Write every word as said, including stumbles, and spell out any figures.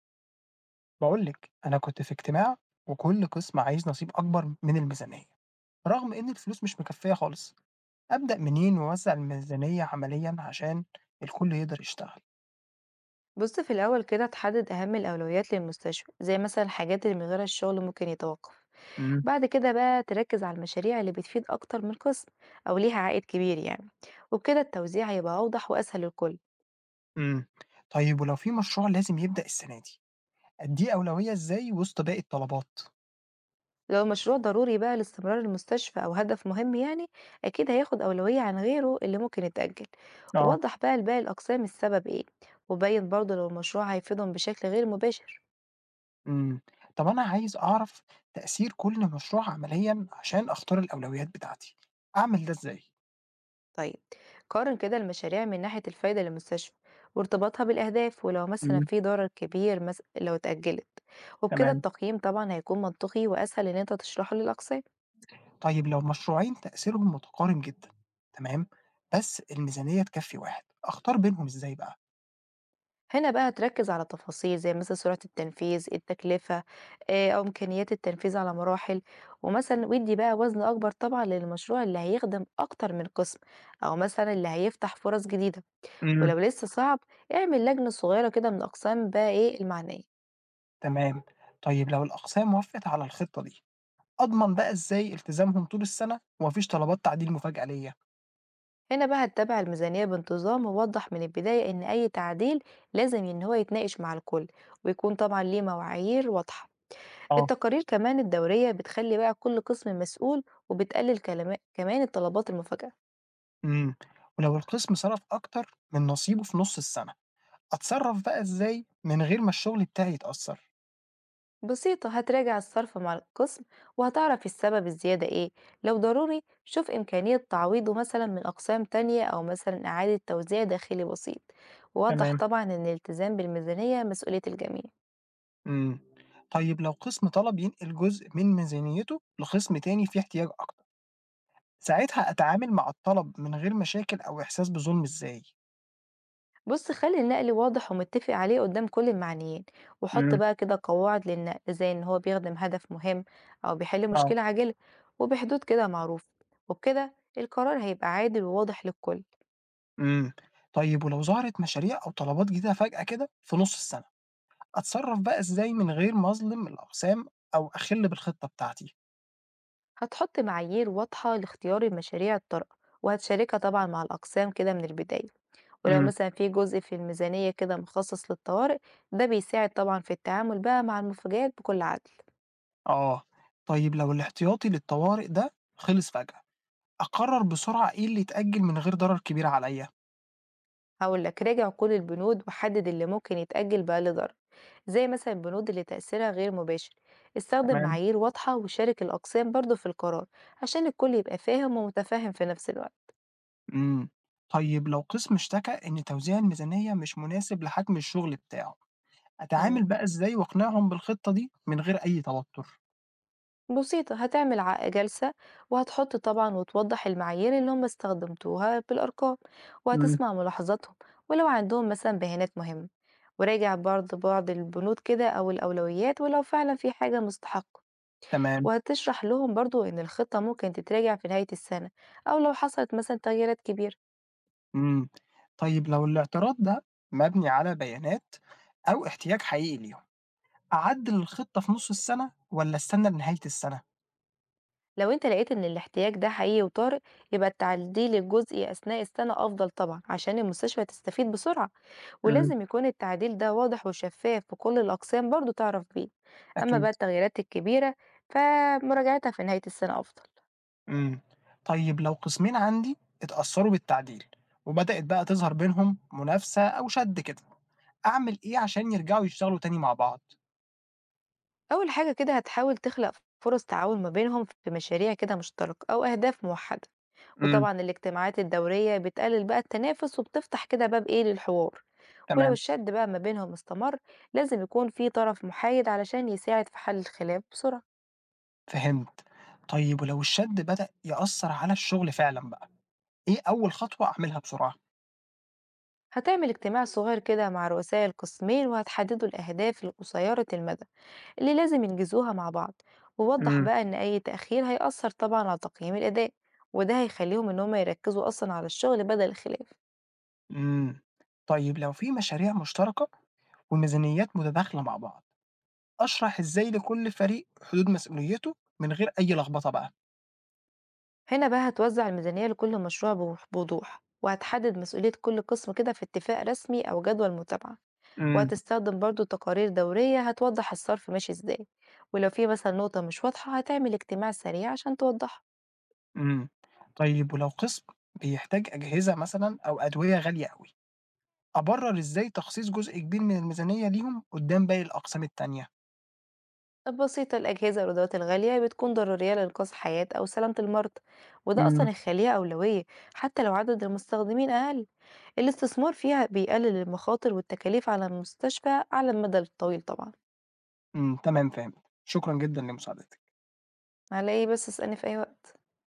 باقول لِك، أنا كنت في اجتماع وكل قسم عايز نصيب أكبر من الميزانية، رغم إن الفلوس مش مكفّية خالص، أبدأ منين وأوزّع الميزانية عمليًا عشان الكل يقدر يشتغل؟ بص، في الأول كده تحدد أهم الأولويات للمستشفى، زي مثلا الحاجات اللي من غيرها الشغل ممكن يتوقف. إمم، بعد كده بقى تركز على المشاريع اللي بتفيد أكتر من قسم أو ليها عائد كبير يعني. وبكده التوزيع هيبقى أوضح وأسهل للكل. إمم، طيب ولو في مشروع لازم يبدأ السنة دي، أدّيه أولوية إزاي وسط باقي الطلبات؟ لو المشروع ضروري بقى لاستمرار المستشفى أو هدف مهم يعني، أكيد هياخد أولوية عن غيره اللي ممكن يتأجل. آه، ووضح بقى لباقي الأقسام السبب إيه، وبين برضه لو المشروع هيفيدهم بشكل غير مباشر. إمم، طب أنا عايز أعرف تأثير كل مشروع عمليًا عشان أختار الأولويات بتاعتي، أعمل ده إزاي؟ طيب، قارن كده المشاريع من ناحية الفايدة للمستشفى وارتباطها بالأهداف، ولو مثلا إمم، في ضرر كبير مس... لو اتأجلت. وبكده تمام. التقييم طبعا هيكون منطقي وأسهل إن أنت تشرحه للأقسام. طيب لو مشروعين تأثيرهم متقارب جدًا، تمام، بس الميزانية تكفّي واحد، أختار بينهم إزاي بقى؟ هنا بقى تركز على تفاصيل زي مثلا سرعة التنفيذ، التكلفة، آه، أو إمكانيات التنفيذ على مراحل. ومثلا ويدي بقى وزن أكبر طبعا للمشروع اللي هيخدم أكتر من قسم، أو مثلا اللي هيفتح فرص جديدة. إمم. ولو لسه صعب، اعمل لجنة صغيرة كده من أقسام بقى إيه المعنية. تمام، طيب لو الأقسام وافقت على الخطة دي، أضمن بقى إزاي التزامهم طول السنة وما فيش طلبات تعديل مفاجأة ليّا؟ هنا بقى هتتابع الميزانية بانتظام، ووضح من البداية إن أي تعديل لازم إن هو يتناقش مع الكل، ويكون طبعا ليه معايير واضحة. آه. التقارير كمان الدورية بتخلي بقى كل قسم مسؤول، وبتقلل كلما- كمان الطلبات المفاجئة. إمم، ولو القسم صرف أكتر من نصيبه في نُص السنة، أتصرف بقى إزاي من غير ما الشغل بتاعي يتأثر؟ بسيطة، هتراجع الصرف مع القسم، وهتعرف السبب الزيادة إيه. لو ضروري شوف إمكانية تعويضه مثلا من أقسام تانية، أو مثلا إعادة توزيع داخلي بسيط. ووضح تمام. طبعا إن الالتزام بالميزانية مسؤولية الجميع. إمم، طيب لو قسم طلب ينقل جزء من ميزانيته لقسم تاني فيه احتياج أكتر ساعتها أتعامل مع الطلب من غير مشاكل أو إحساس بظلم إزاي؟ بص، خلي النقل واضح ومتفق عليه قدام كل المعنيين، وحط امم. بقى كده قواعد للنقل زي ان هو بيخدم هدف مهم، او بيحل آه. مشكلة عاجلة، وبحدود كده معروفة. وبكده القرار هيبقى عادل وواضح للكل. إمم، طيب ولو ظهرت مشاريع أو طلبات جديدة فجأة كده في نُص السنة، أتصرف بقى إزاي من غير ما أظلم الأقسام أو أخِل بالخطة بتاعتي؟ هتحط معايير واضحة لاختيار المشاريع الطارئة، وهتشاركها طبعا مع الأقسام كده من البداية. ولو امم. مثلا في جزء في الميزانية كده مخصص للطوارئ، ده بيساعد طبعا في التعامل بقى مع المفاجآت بكل عدل. آه، طيب لو الاحتياطي للطوارئ ده خلص فجأة، أقرر بسرعة إيه اللي يتأجل من غير ضرر كبير عليَّ؟ هقول لك، راجع كل البنود وحدد اللي ممكن يتأجل بقى لضرر، زي مثلا البنود اللي تأثيرها غير مباشر. استخدم تمام. معايير واضحة وشارك الأقسام برضو في القرار، عشان الكل يبقى فاهم ومتفاهم في نفس الوقت. إمم، طيب لو قسم اشتكى إن توزيع الميزانية مش مناسب لحجم الشغل بتاعه مم. أتعامل بقى إزاي وأقنعهم بالخطة دي من غير أي توتر؟ بسيطة، هتعمل ع- جلسة، وهتحط طبعا وتوضح المعايير اللي هم استخدمتوها بالأرقام، إمم. وهتسمع ملاحظاتهم ولو عندهم مثلا بيانات مهمة. وراجع برضه بعض البنود كده أو الأولويات، ولو فعلا في حاجة مستحقة. تمام. وهتشرح لهم برضو إن الخطة ممكن تتراجع في نهاية السنة، أو لو حصلت مثلا تغييرات كبيرة. إمم. طيب لو الاعتراض ده مبني على بيانات أو احتياج حقيقي ليهم، أعدِّل الخطة في نُص السنة والّا أستنى لنهاية السنة؟ لو انت لقيت ان الاحتياج ده حقيقي وطارئ، يبقى التعديل الجزئي اثناء السنة افضل طبعا، عشان المستشفى تستفيد بسرعة. إمم. ولازم يكون التعديل ده واضح وشفاف، وكل الاقسام برضو تعرف بيه. اما بقى أكيد. التغييرات الكبيرة، فمراجعتها في نهاية السنة افضل. إمم. طيب لو قسمين عندي اتأثّروا بالتعديل وبدأت بقى تظهر بينهم منافسة أو شَد كده، أعمل إيه عشان يرجعوا يشتغلوا تاني مع بعض؟ اول حاجة كده هتحاول تخلق فرص تعاون ما بينهم في مشاريع كده مشتركة او اهداف موحدة. إمم. وطبعا الاجتماعات الدورية بتقلل بقى التنافس، وبتفتح كده باب ايه للحوار. ولو تمام. الشد بقى ما بينهم استمر، لازم يكون في طرف محايد علشان يساعد في حل الخلاف بسرعة. فهمت. طيب ولو الشَد بدأ يأثّر على الشغل فعلًا بقى؟ إيه أول خطوة أعملها بسرعة؟ هتعمل اجتماع صغير كده مع رؤساء القسمين، وهتحددوا الأهداف القصيرة المدى اللي لازم ينجزوها مع بعض. ووضح إمم. بقى إن أي تأخير هيأثر طبعا على تقييم الأداء. وده هيخليهم إن هم يركزوا أصلا على الشغل بدل الخلاف. إمم، طيب لو في مشاريع مشتركة وميزانيات متداخلة مع بعض، أشرح إزاي لكل فريق حدود مسؤوليته من غير أي لخبطة بقى. هنا بقى هتوزع الميزانية لكل مشروع بوضوح، وهتحدد مسؤولية كل قسم كده في اتفاق رسمي أو جدول متابعة. إمم. وهتستخدم برضو تقارير دورية هتوضح الصرف ماشي ازاي، ولو في مثلا نقطة مش واضحة هتعمل اجتماع سريع عشان توضحها. إمم، طيب ولو قسم بيحتاج أجهزة مثلًا أو أدوية غالية أوي، أبرر إزاي تخصيص جزء كبير من الميزانية ليهم قدام باقي الأقسام التانية؟ البسيطة، الأجهزة والأدوات الغالية بتكون ضرورية لإنقاذ حياة أو سلامة المرضى، وده أصلا إمم. يخليها أولوية. حتى لو عدد المستخدمين أقل، الاستثمار فيها بيقلل المخاطر والتكاليف على المستشفى على المدى الطويل طبعا. إمم، تمام، فهمت، شكرًا جدًا لمساعدتك. على ايه بس، اسألني في أي وقت.